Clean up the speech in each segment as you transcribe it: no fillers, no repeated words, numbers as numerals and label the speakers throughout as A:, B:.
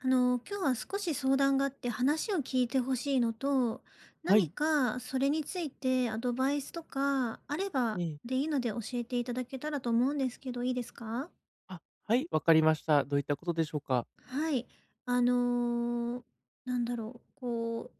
A: 今日は少し相談があって話を聞いてほしいのと、
B: は
A: 何
B: い、
A: かそれについてアドバイスとかあれ
B: え
A: ば
B: え。
A: でいいので教えていただけたらと思うんですけど、いいですか？
B: あ、はい、わかりました。どういったことでしょうか？
A: はい。あの、なんだろう、こう、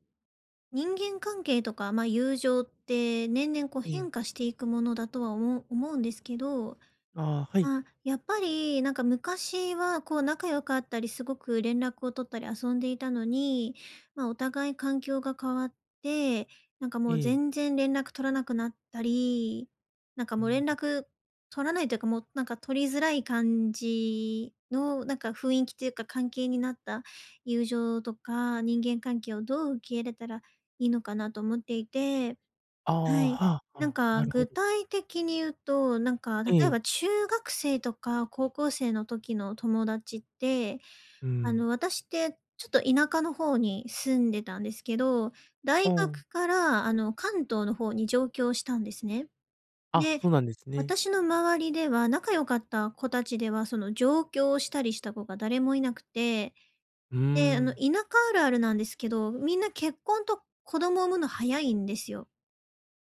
A: 人間関係とか、ま、友情って年々こう
B: ええ、
A: 変化していくものだとは思うんですけど。
B: ああ、はい、
A: あ、やっぱり、なんか昔はこう仲良かったり、すごく連絡を取ったり遊んでいたのに、まあ、お互い環境が変わって、なんかも
B: え
A: う全
B: え。
A: 然連絡取らなくなったり、なんか
B: う
A: もう
B: ん。
A: 連絡取らないというか、もうなんか取りづらい感じの、なんか雰囲気というか関係になった友情とか人間関係をどう受け入れたらいいのかなと思っていて。
B: あ
A: は
B: あ、
A: い。
B: はあは
A: なん
B: あ、
A: か
B: なるほ
A: 具
B: ど。
A: 体的に言うと、なんか例
B: え
A: え
B: え、
A: ば中学生とか高校生の時の友達って、
B: うん。
A: 私ってちょっと田舎の方に住んでたんですけど、
B: あ
A: 大
B: あ、
A: 学からあの関東の方に上京したんですね。
B: あ、
A: で、
B: そうなんですね。
A: 私の周りでは仲良かった子たちでは、その上京したりした子が誰もいなくて、
B: うー
A: で、あの
B: ん。
A: 田舎あるあるなんですけど、みんな結婚と子供を産むの早いんですよ。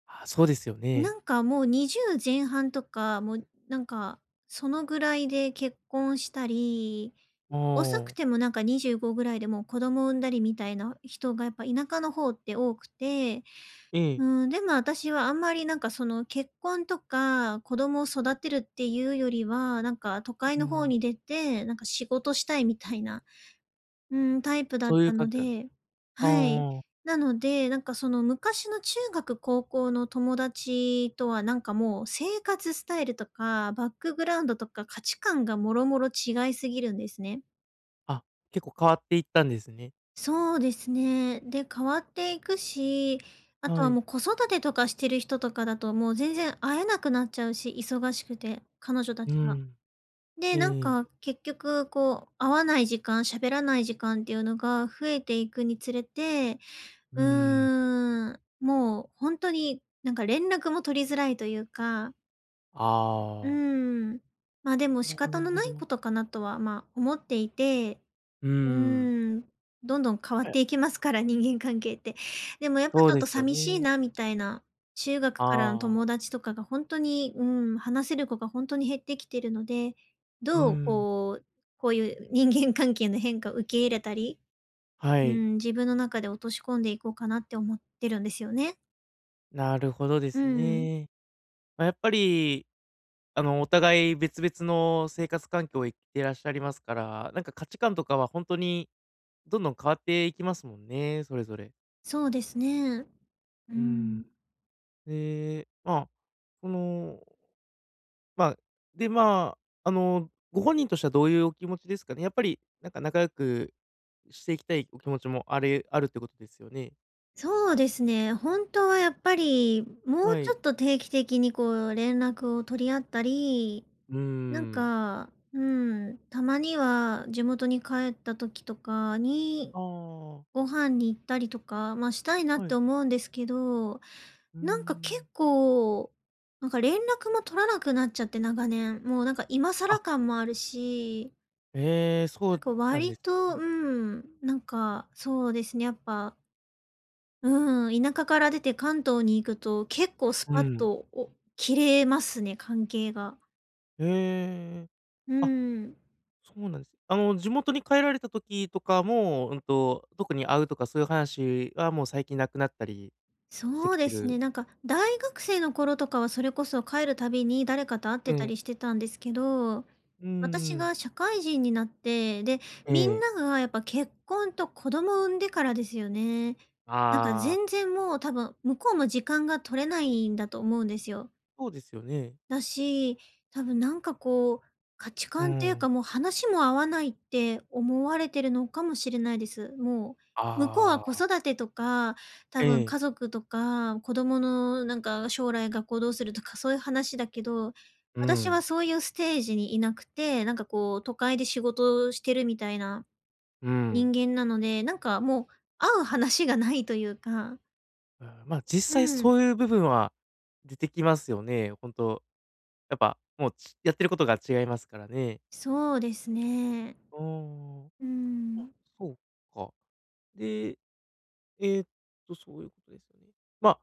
B: あ、そうですよね。
A: なんかもう20前半とか、もうなんか、そのぐらいで結婚したり、
B: あ
A: 遅く
B: あ、
A: てもなんか25ぐらいでもう子供産んだりみたいな人がやっぱ田舎の方って多くて、
B: ええ、
A: うん、でも私はあんまりなんかその結婚とか子供を育てるっていうよりは、なんか都会
B: う
A: の方
B: ん、
A: に出て、なんか仕事したいみたいな、うん、タイプだっ
B: そういう
A: た
B: 感
A: の
B: じなんです。
A: で。
B: ああ
A: はい。
B: ああ。
A: なので、なんかその昔の中学、高校の友達とはなんかもう生活スタイルとか、バックグラウンドとか価値観がもろもろ違いすぎるんですね。
B: あ、結構変わっていったんですね。
A: そうですね。で、変わっていくし、あと
B: は
A: は
B: い。
A: もう子育てとかしてる人とかだともう全然会えなくなっちゃうし、忙しくて、彼女た
B: う
A: ちが。
B: ん。
A: で、
B: え
A: なん
B: ええ。
A: か結局こう会わない時間、喋らない時間っていうのが増えていくにつれて、
B: うーん。
A: もう本当になんか連絡も取りづらいというか、う
B: ああ、
A: ーん、ま、でも
B: な
A: 仕方
B: る
A: の
B: ほ
A: ない
B: ど。
A: ことかなとは、ま、思っていて、
B: うー
A: う
B: ん。
A: ーん、どんどん変わっ
B: え、
A: ていきますから、人間関係って。でもやっぱ
B: そう
A: ちょっ
B: で
A: と
B: すよ
A: 寂しい
B: ね。
A: なみたいな、中学からの
B: あ
A: 友
B: あ、
A: 達とかが本当に、うん、話せる子が本当に減ってきてるので、
B: うー
A: どう
B: ん、
A: こう、こういう人間関係の変化を受け入れたり、
B: は
A: う
B: い。
A: ん、自分の中で落とし込んでいこうかなって思ってるんですよね。
B: なるほどで
A: う
B: す
A: ん、
B: ね。まあ、やっぱり、お互い別々の生活環境を生きていらっしゃいますから、なんか価値観とかは本当にどんどん変わっていきますもんね、それぞれ。
A: そうですね。う
B: うん。
A: ん。
B: で、まあ、その、まあ、で、まあ、あの、ご本人としてはどういうお気持ちですかね？やっぱり、なんか仲良くしていきたいお気持ちもあるってことですよね？
A: そうですね、本当はやっぱり、も
B: は
A: うちょ
B: い。
A: っと定期的にこう連絡を取り合ったり、
B: う
A: なん
B: ん。
A: か、うん、たまには地元に帰った時とかに、
B: ああ、
A: ご飯に行ったりとか、ま、したいなっ
B: は
A: て
B: い。
A: 思うんですけど、
B: う
A: なんか結
B: ん。
A: 構、なんか連絡も取らなくなっちゃって長年、もうなんか今
B: あ、
A: 更感もあるし、
B: ええ、そ
A: なん
B: う
A: か
B: なんで
A: 割
B: す
A: と、
B: ね。
A: うん、なんか、そうですね、やっぱ、うん、田舎から出て関東に行くと、結構ス
B: う
A: パッ
B: ん。
A: と、お切れますね、関係が。
B: へえ。
A: う
B: あ、
A: ん。
B: そうなんです。地元に帰られた時とかも、特に会うとかそういう話はもう最近なくなったりして
A: そう
B: きて
A: です
B: る。
A: ね、なんか大学生の頃とかはそれこそ帰るたびに誰かと会っ
B: う
A: てた
B: ん。
A: りしてたんですけど、
B: うんうん
A: 私
B: うん。
A: が社会人になって、で、
B: え
A: みん
B: え。
A: ながやっぱ結婚と子供産んでからですよね。なんか
B: ああ、
A: 全然もう多分向こうも時間が取れないんだと思うんですよ。
B: そうですよね。
A: だし、多分なんかこう、価値
B: う
A: 観っていう
B: ん。
A: か、もう話も合わないって思われてるのかもしれないです。もう、向こうは
B: あ
A: 子
B: あ、
A: 育てとか、多
B: え
A: 分
B: え。
A: 家族とか、子供のなんか将来学校どうするとかそういう話だけど、
B: うん、
A: 私
B: う
A: はそういうステージにいなくて、なんかこう都会で仕事をしてるみたいな
B: ん。
A: 人間なので、なんかもう合う話がないというか。
B: うん、まあ、実
A: う
B: 際
A: ん、
B: そういう部分は出てきますよね。ほんと、やっぱ、もう、ちやってることが違いますからね。
A: そうですね。
B: うーん。
A: う
B: あ、
A: ん。
B: そうか。でえーっ、そういうことですよね。まあ、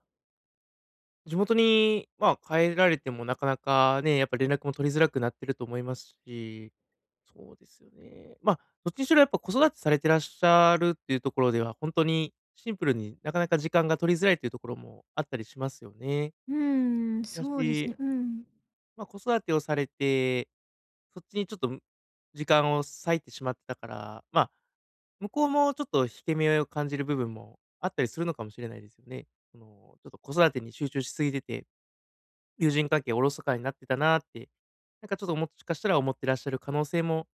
B: 地元に、まあ、帰られてもなかなかね、やっぱ連絡も取りづらくなってると思いますし、そうですよね。まあ、どっちにしろやっぱ子育てされてらっしゃるっていうところでは、本当にシンプルになかなか時間が取りづらいというところもあったりしますよね。
A: うーん、
B: だ
A: そうです
B: し、
A: ね、うん。
B: まあ、子育てをされて、そっちにちょっと、時間を割いてしまってたから、まあ、向こうもちょっと引け目を感じる部分もあったりするのかもしれないですよね。その、ちょっと子育てに集中しすぎてて、友人関係おろそかになってたなーって、なんかちょっともしかしたら思ってらっしゃる可能性も、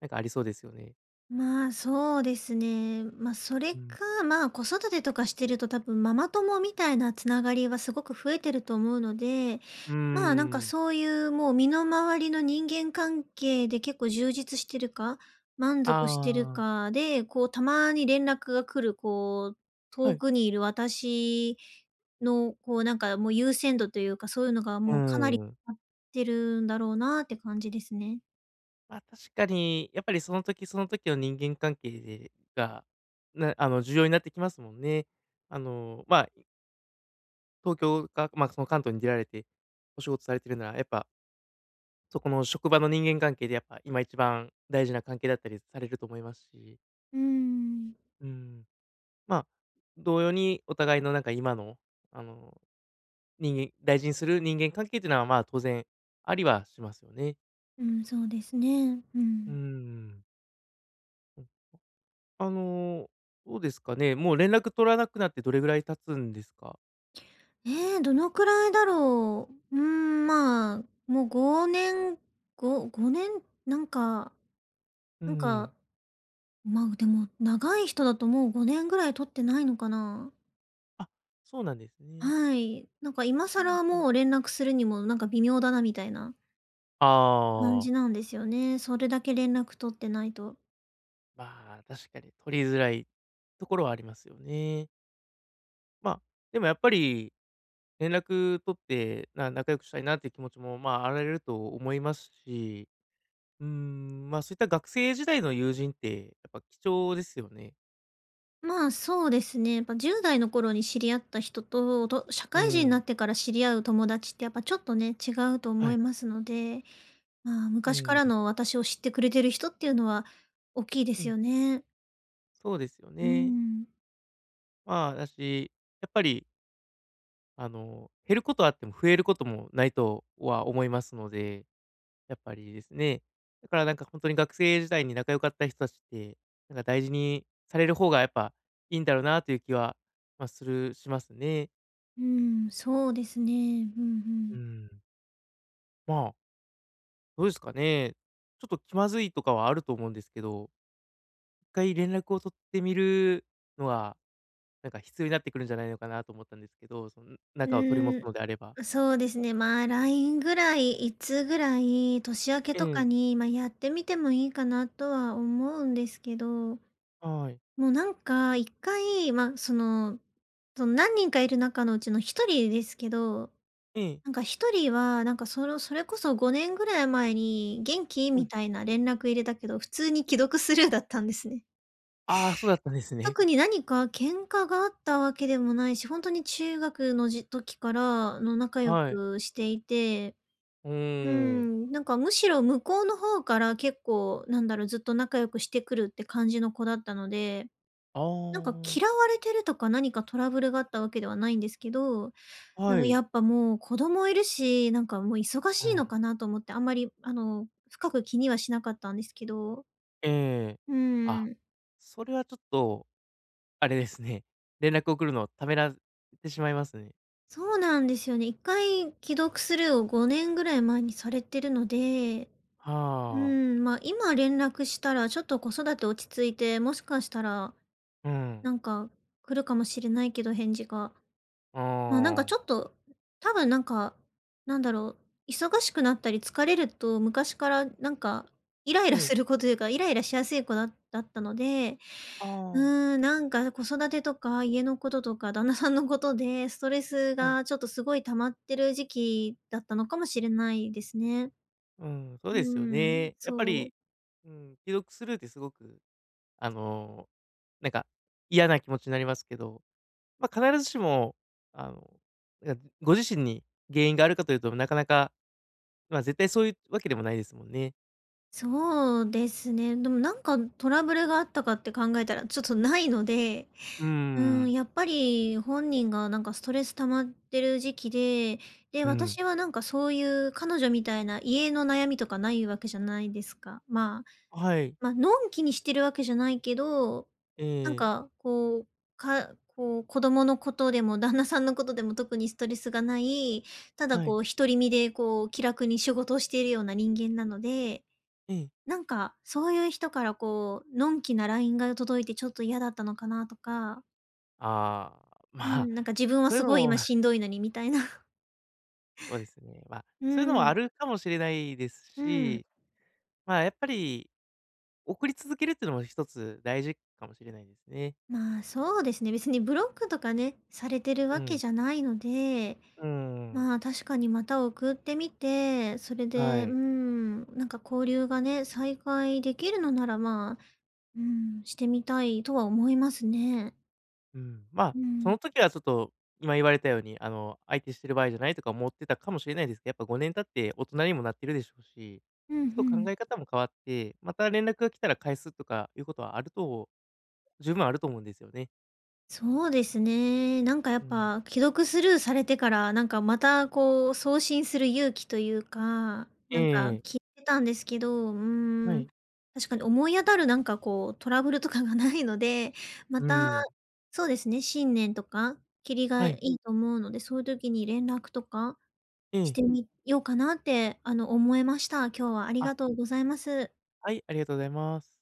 B: なんかありそうですよね。
A: まあ、そうですね。まあ、それ
B: うん。
A: か、まあ、子育てとかしてると多分ママ友みたいなつながりはすごく増えてると思うので、
B: うー
A: まあ、なんか
B: ん。
A: そういうもう身の回りの人間関係で結構充実してるか、満足してる
B: ああ、
A: かで、こうたまに連絡が来る、こう、
B: は
A: 遠
B: い。
A: くにいる私の、こう、なんかもう優先度というか、そういうのが
B: うー
A: もうかなり
B: ん。
A: あってるんだろうなって感じですね。
B: ま、確かに、やっぱりその時その時の人間関係でが、なあの、重要になってきますもんね。まあ、東京か、ま、その関東に出られて、お仕事されてるなら、やっぱそこの職場の人間関係でやっぱ今一番大事な関係だったりされると思いますし、
A: うーん、
B: うん、まあ、同様にお互いのなんか今の、あの、人間大事にする人間関係っていうのは、まあ、当然ありはしますよね。
A: うん、そうですね。う
B: う
A: ん。
B: ん。うん。あのー、どうですかね、もう連絡取らなくなってどれぐらい経つんですか？
A: どのくらいだろう。うーん、まあ、もう5年、ご5年、なんか
B: う
A: なんか、
B: ん。
A: まあ、でも長い人だともう5年ぐらい取ってないのかな。
B: あ、そうなんですね。
A: はい。なんか今
B: うん
A: 更
B: うん。
A: もう連絡するにもなんか微妙だなみたいな感
B: ああ、
A: じなんですよね。それだけ連絡取ってないと。
B: まあ、確かに取りづらいところはありますよね。まあ、でもやっぱり連絡取って、仲良くしたいなっていう気持ちも、まあ、あられると思いますし、うーん、まあ、そういった学生時代の友人って、やっぱ貴重ですよね。
A: まあ、そうですね。やっぱ10代の頃に知り合った人と社
B: う
A: 会人にな
B: ん。
A: ってから知り合う友達ってやっぱちょっとね、違うと
B: は
A: 思い
B: い。
A: ますので、まあ、
B: う
A: 昔か
B: ん。
A: らの私を知ってくれてる人っていうのは大きいで
B: え
A: す
B: え、
A: よね。
B: そうですよ
A: う
B: ね。
A: ん。
B: まあ、だし、やっぱり、減ることはあっても増えることもないとは思いますので、やっぱりですね。だからなんか本当に学生時代に仲良かった人たちって、なんか大事にされる方がやっぱいいんだろうなという気は、まあ、しますね。
A: うん、そうですね。うんう
B: う
A: ん。
B: ん。まあ、どうですかね。ちょっと気まずいとかはあると思うんですけど、一回連絡を取ってみるのは、なんか必要になってくるんじゃないのかなと思ったんですけど、その仲を取り持つ
A: う
B: のであれば。
A: ーん、そうですね。まあ、LINE ぐらい、いつぐらい、年明け
B: え
A: とか
B: え、
A: に、まあ、やってみてもいいかなとは思うんですけど、
B: はい。
A: もうなんか一回、まあ、その何人かいる中のうちの一人ですけど、
B: ええ、
A: なんか一人はなんかそれこそ5年ぐらい前に「元気？」
B: は
A: み
B: い。
A: たいな連絡入れたけど、普通に既読スルーだったんですね。
B: ああ、そうだったんですね。
A: 特に何か喧嘩があったわけでもないし、本当に中学の時からの仲良
B: はい。
A: くしていて、
B: うー
A: う
B: ん。
A: ん、なんかむしろ向こうの方から結構なんだろう、ずっと仲良くしてくるって感じの子だったので、
B: あ
A: なんか嫌
B: あ、
A: われてるとか何かトラブルがあったわけではないんですけど、な
B: は
A: んか
B: い。
A: やっぱもう子供いるし、なんかもう忙
B: う
A: しい
B: ん。
A: のかなと思って、あんまり、深く気にはしなかったんですけど。
B: ええ。
A: う
B: あ、
A: ーん。
B: それはちょっと、あれですね。連絡を送るのをためらってしまいますね。
A: そうなんですよね。1回既読スルーを5年ぐらい前にされてるので、う
B: はあ。
A: ん、ま、今連絡したらちょっと子育て落ち着いて、もしかしたら、
B: うん。
A: なんか来るかもしれないけど返事が。まあ、なんかち
B: あ
A: ょ
B: あ。
A: っと、多分なんか、なんだろう、忙しくなったり疲れると昔からなんか、イライ
B: え
A: ラ
B: え。
A: する子というか、イライラしやすい子だったので、
B: ああ、
A: うーん、なんか子育てとか家のこととか旦那さんのことで、ストレス
B: はい。
A: がちょっとすごい溜まってる時期だったのかもしれないですね。
B: うん、そう
A: う
B: ですよ
A: ーん、
B: ね。やっぱ
A: そう。
B: り、うん、既読スルーってすごく、あの、なんか嫌な気持ちになりますけど、まあ、必ずしも、あの、なんかご自身に原因があるかというと、なかなか、まあ、絶対そういうわけでもないですもんね。
A: そうですね。でもなんかトラブルがあったかって考えたらちょっとないので、
B: うーん。
A: やっぱり本人がなんかストレス溜まってる時期で、で、
B: うん。
A: 私はなんかそういう彼女みたいな家の悩みとかないわけじゃないですか。まあ、
B: はい。
A: ま、のんきにしてるわけじゃないけど、
B: え
A: なん
B: ー
A: かかこう子供のことでも旦那さんのことでも特にストレスがない、ただ
B: は
A: こ
B: い。
A: う独り身でこう気楽に仕事をしているような人間なので、
B: えー
A: なんかそういう人からこう、のんきな LINE が届いてちょっと嫌だったのかなとか、
B: ああ、ま
A: う
B: あ、
A: ん、なんか自分は
B: そうい
A: す
B: うの
A: ごい
B: も
A: 今 しんどいのにみたいな。
B: そうですね。まあ、
A: う
B: そういうのもあ
A: ん、
B: るかもしれないです
A: うん。
B: し、まあ、やっぱり送り続けるっていうのも一つ大事かもしれないですね。
A: まあ、そうですね、別にブロックとかね、されてる
B: う
A: わけ
B: ん、
A: じゃないので、
B: うん、
A: まあ、確かにまた送ってみて、それ
B: は
A: で、う
B: い。
A: ん、なんか交流がね、再開できるのなら、まあ、うん、してみたいとは思いますね。
B: うん、まあ、
A: う
B: そ
A: ん。
B: の時はちょっと、今言われたように、相手してる場合じゃないとか思ってたかもしれないですけど、やっぱ5年経って大人にもなってるでしょうし、
A: うんう
B: ちょっと考
A: ん。
B: え方も変わって、また連絡が来たら返すとかいうことはあると十分あると思うんですよね。
A: そうですね。なんかや
B: う
A: っ
B: ん。
A: ぱ既読スルーされてから、なんかまたこう送信する勇気というか、
B: え
A: なんか
B: え、
A: 聞いてたんですけど、
B: はい。
A: 確かに思い当たるなんかこうトラブルとかがないので、ま
B: う
A: た、
B: ん、
A: そうですね、新年とか、キりが
B: は
A: い
B: い。
A: いと思うので、そういう時に連絡とか
B: え
A: し
B: え。
A: てみようかなって、思えました。今日はあり
B: あ、
A: がとうございます。
B: はい、ありがとうございます。